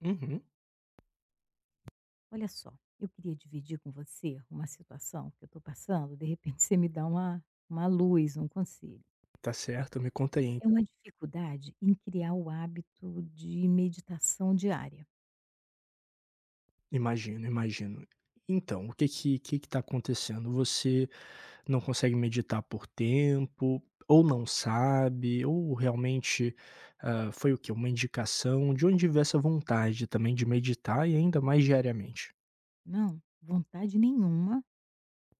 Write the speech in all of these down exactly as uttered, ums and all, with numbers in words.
Uhum, Olha só, eu queria dividir com você uma situação que eu estou passando, de repente você me dá uma, uma luz, um conselho. tá certo. Me conta aí É então. uma dificuldade em criar o hábito de meditação diária. Imagino, imagino. Então, o que que que que tá acontecendo? Você não consegue meditar por tempo, ou não sabe, ou realmente, hã, foi o quê? Uma indicação? De onde veio essa vontade também de meditar e ainda mais diariamente? Não, vontade nenhuma,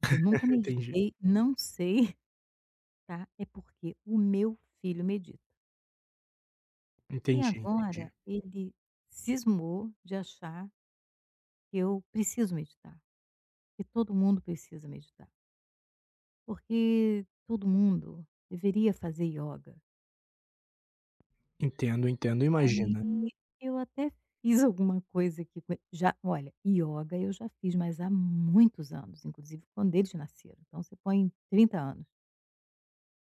eu nunca Entendi, meditei, não sei, tá? É porque o meu filho medita. E entendi, entendi. agora ele cismou de achar que eu preciso meditar, que todo mundo precisa meditar, porque todo mundo deveria fazer yoga. Entendo, entendo, Aí imagina. eu até fiz alguma coisa que co já olha, ioga eu já fiz, mas há muitos anos, inclusive quando eles nasceram, então você põe trinta anos.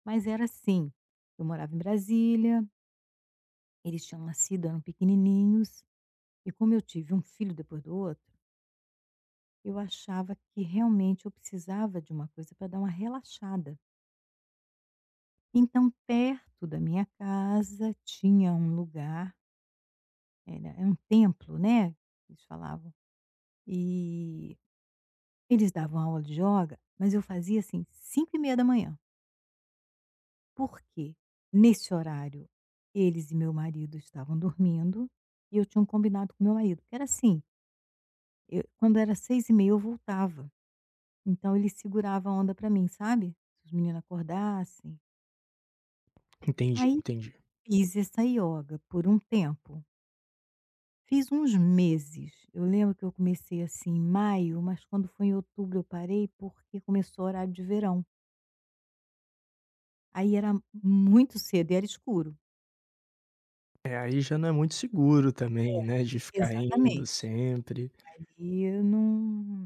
Mas era assim, eu morava em Brasília, eles tinham nascido, eram pequenininhos, e como eu tive um filho depois do outro, eu achava que realmente eu precisava de uma coisa para dar uma relaxada. Então perto da minha casa tinha um lugar, era é um templo, né, eles falavam, e eles davam aula de yoga, mas eu fazia, assim, cinco e meia. Por quê? Nesse horário, eles e meu marido estavam dormindo e eu tinha um combinado com meu marido, que era assim, eu quando era seis e meia eu voltava, então ele segurava a onda para mim, sabe, se os meninos acordassem. Entendi, Aí entendi. fiz essa yoga por um tempo, fiz uns meses. Eu lembro que eu comecei, assim, em maio, mas quando foi em outubro eu parei, porque começou o horário de verão. Aí era muito cedo e era escuro. É, aí já não é muito seguro também, né, de ficar indo Exatamente. sempre. Aí eu não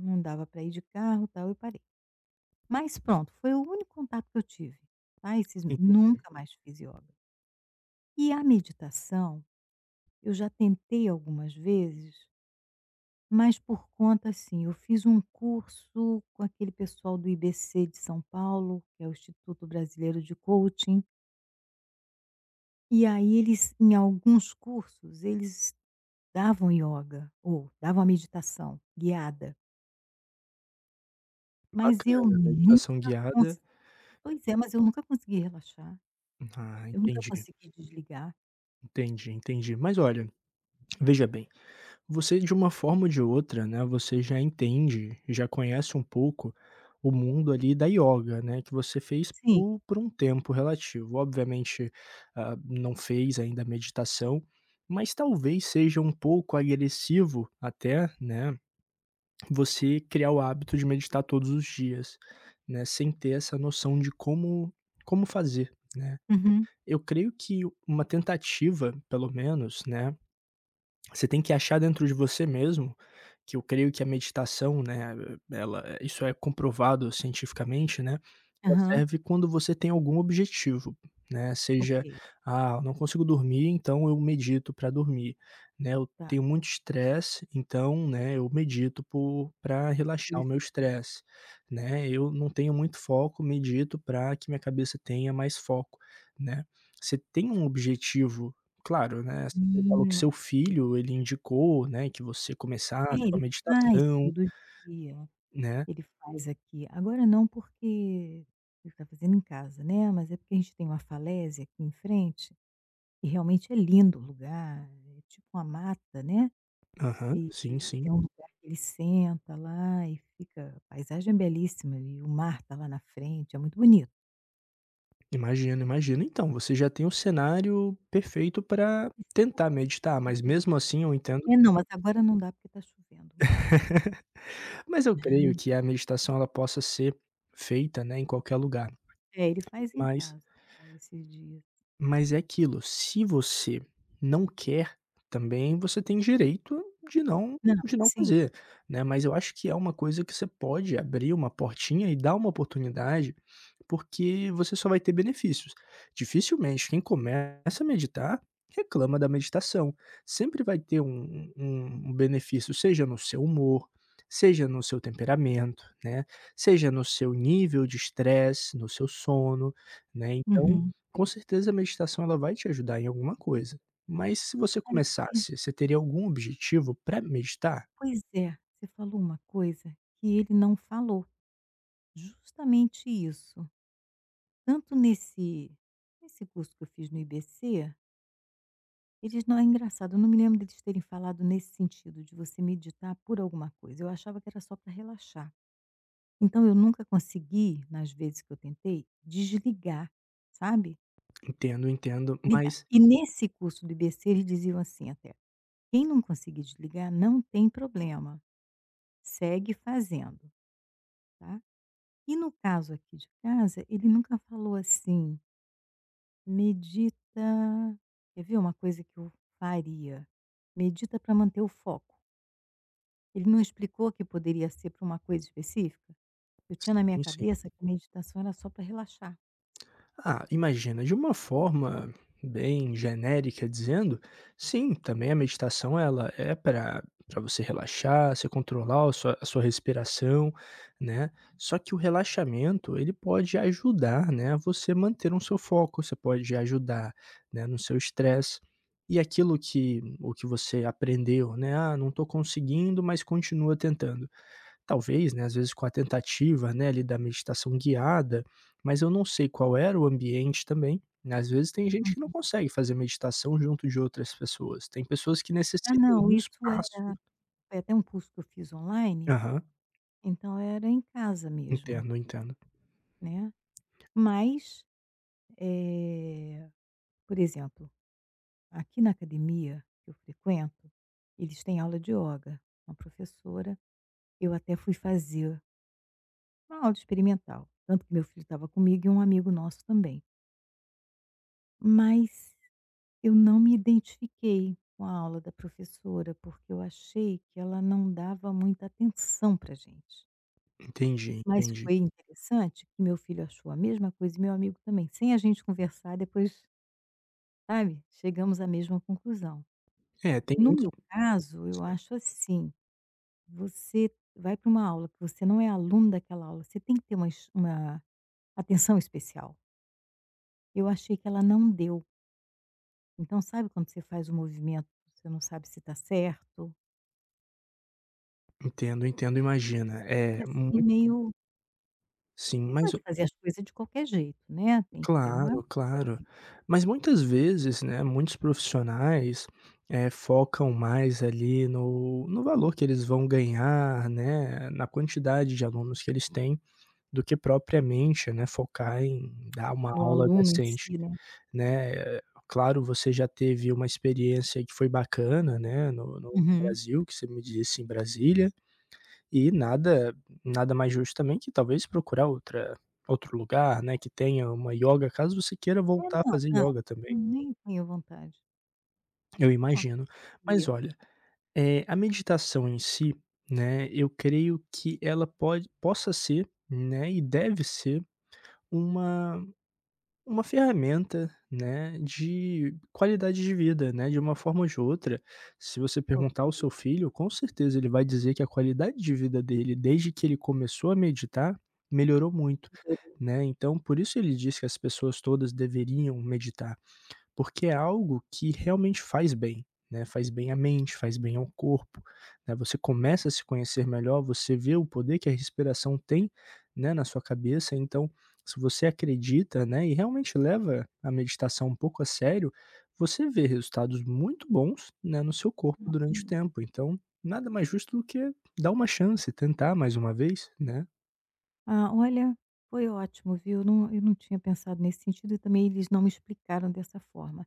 não dava para ir de carro, tal, eu parei. Mas pronto, foi o único contato que eu tive, tá, esses me Entendi, nunca mais fiz ioga. E a meditação, eu já tentei algumas vezes, mas por conta, assim, eu fiz um curso com aquele pessoal do I B C de São Paulo, que é o Instituto Brasileiro de Coaching, e aí eles, em alguns cursos, eles davam ioga ou davam a meditação guiada, mas eu bacana, nunca. meditação guiada. Pois é, mas eu nunca consegui relaxar, Ah, eu nunca entendi, consegui desligar. entendi, entendi. Mas olha, veja bem, você de uma forma ou de outra, né, você já entende, já conhece um pouco o mundo ali da yoga, né, que você fez Sim. por, por um tempo relativo. Obviamente, ah, não fez ainda a meditação, mas talvez seja um pouco agressivo até, né, você criar o hábito de meditar todos os dias, né, sem ter essa noção de como, como fazer, né? Uhum. Eu creio que uma tentativa, pelo menos, né, você tem que achar dentro de você mesmo, que eu creio que a meditação, né, ela isso é comprovado cientificamente, né, ela Aham. serve quando você tem algum objetivo, né, Ok, seja: "Ah, eu não consigo dormir, então eu medito para dormir", né, "Eu tá. tenho muito estresse, então, né, eu medito para Por relaxar o isso meu que. estresse", né, "Eu não tenho muito foco, medito para que minha cabeça tenha mais foco", né. Você tem um objetivo. Claro, né, você falou que Hum, seu ok. filho, ele indicou, né, que você É, começasse com a ele faz meditação, todo dia, né. ele faz aqui. Agora não porque ele tá fazendo em casa, né, mas é porque a gente tem uma falésia aqui em frente, e realmente é lindo o lugar, é tipo uma mata, né, Aham, e sim, e sim. tem um lugar que ele senta lá e fica a paisagem é belíssima e o mar tá lá na frente, é muito bonito. Imagino, imagino. Então, você já tem o cenário perfeito Você para sabe tentar que você meditar, mas falou mesmo assim eu entendo. é, não, mas agora não dá porque tá chovendo muito. Mas eu creio que a meditação ela possa ser feita, né, em qualquer lugar, É, ele faz em mas casa agora esses dias. Mas é aquilo, se você não quer, também você tem direito de não, Não, de não sim. fazer, né, mas eu acho que é uma coisa que você pode abrir uma portinha e dar uma oportunidade porque você só vai ter benefícios. Dificilmente quem começa a meditar reclama da meditação. Sempre vai ter um, um- um benefício, seja no seu humor, seja no seu temperamento, né? Seja no seu nível de estresse, no seu sono, né? Então, Uhum. com certeza a meditação ela vai te ajudar em alguma coisa. Mas se você Olha que começasse, você teria algum objetivo para meditar? pois é, você falou uma coisa que ele não falou, justamente isso. Tanto nesse nesse curso que eu fiz no I B C, eles não é engraçado, eu não me lembro deles terem falado nesse sentido de você meditar por alguma coisa, eu achava que era só pra relaxar. Então eu nunca consegui, nas vezes que eu tentei, desligar, sabe? Entendo, entendo, Ligar. mas E nesse curso do I B C eles diziam assim até: "Quem não conseguir desligar não tem problema, segue fazendo, tá". E no caso aqui de casa, ele nunca falou assim: "Medita", quer ver uma coisa que eu faria? "Medita para manter o foco". Ele não explicou que poderia ser para uma coisa específica. Eu tinha na minha sim, cabeça que meditação era só para relaxar. ah, imagina, de uma forma bem genérica dizendo, sim, também a meditação ela é para para você relaxar, você controlar a sua, a sua respiração, né? Só que o relaxamento, ele pode ajudar, né, a você manter um seu foco, você pode ajudar, né, no seu estresse. E aquilo que o que você aprendeu, né? Ah, não estou conseguindo, mas continua tentando. Talvez, né, às vezes com a tentativa, né, ali da meditação guiada, mas eu não sei qual era o ambiente também, né, às vezes tem gente que não Hum. consegue fazer meditação junto de outras pessoas, tem pessoas que Ah, necessitam não, de um isso é espaço. foi até um curso que eu fiz online, Aham, então era em casa mesmo, entendo, entendo. né. Mas, eh, por exemplo, aqui na academia que eu frequento, eles têm aula de yoga. Uma professora eu até fui fazer uma aula experimental, tanto que meu filho estava comigo e um amigo nosso também. Mas eu não me identifiquei com a aula da professora, porque eu achei que ela não dava muita atenção para gente. Entendi, Mas entendi. foi interessante que meu filho achou a mesma coisa e meu amigo também, sem a gente conversar, depois, sabe, chegamos à mesma conclusão. É, tem No muitos. meu caso, eu acho assim, você vai para uma aula que você não é aluno daquela aula, você tem que ter uma es uma atenção especial. Eu achei que ela não deu. Então sabe quando você faz o movimento, você não sabe se está certo? Entendo, entendo, imagina. E É, assim muito, meio sim, você não mas pode fazer as coisas de qualquer jeito, né, tem que ter uma claro, claro. técnica Mas muitas vezes, né, muitos profissionais, eh, focam mais ali no no valor que eles vão ganhar, né, na quantidade de alunos que eles têm, do que propriamente, né, focar em dar uma no aula aluno em decente, si, né. né. Eh, Claro, você já teve uma experiência que foi bacana, né, no no Uhum. Brasil, que você me disse em Brasília, e nada nada mais justo também que talvez procurar outra, outro lugar, né, que tenha uma yoga, caso você queira É, voltar a não, fazer não, yoga também, nem tenho vontade. eu imagino. Mas Ok, olha, eh, a meditação em si, né, eu creio que ela pode possa ser, né, e deve ser uma Uma ferramenta, né, de qualidade de vida, né, de uma forma ou de outra, se você perguntar ao ok. seu filho, com certeza ele vai dizer que a qualidade de vida dele, desde que ele começou a meditar, melhorou muito, né, então por isso ele diz que as pessoas todas deveriam meditar. Porque é algo que realmente faz bem, né, faz bem à mente, faz bem ao corpo, né, você começa a se conhecer melhor, você vê o poder que a respiração tem, né, na sua cabeça, então, se você acredita, né, e realmente leva a meditação um pouco a sério, você vê resultados muito bons, né, no seu corpo durante o tempo, então, nada mais justo do que dar uma chance, tentar mais uma vez, né. Ah, olha, foi ótimo, viu? Não, eu não tinha pensado nesse sentido e também eles não me explicaram dessa forma,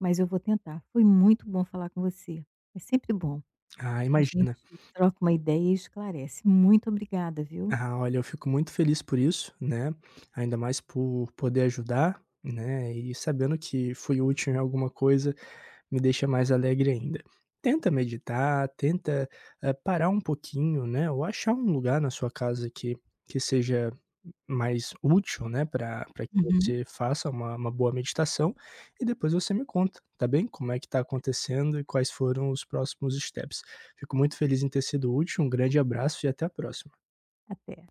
mas eu vou tentar. Foi muito bom falar com você. É sempre bom. Ah, A gente imagina. troca uma ideia e esclarece. Muito obrigada, viu? Ah, olha, eu fico muito feliz por isso, né, ainda mais por poder ajudar, né, e sabendo que fui útil em alguma coisa, me deixa mais alegre ainda. Tenta meditar, tenta, eh, parar um pouquinho, né, ou achar um lugar na sua casa que que seja mais útil, né, para para que Uhum. você faça uma uma boa meditação, e depois você me conta, tá bem, como é que tá acontecendo e quais foram os próximos steps. Fico muito feliz em ter sido útil, um grande abraço e até a próxima. Até.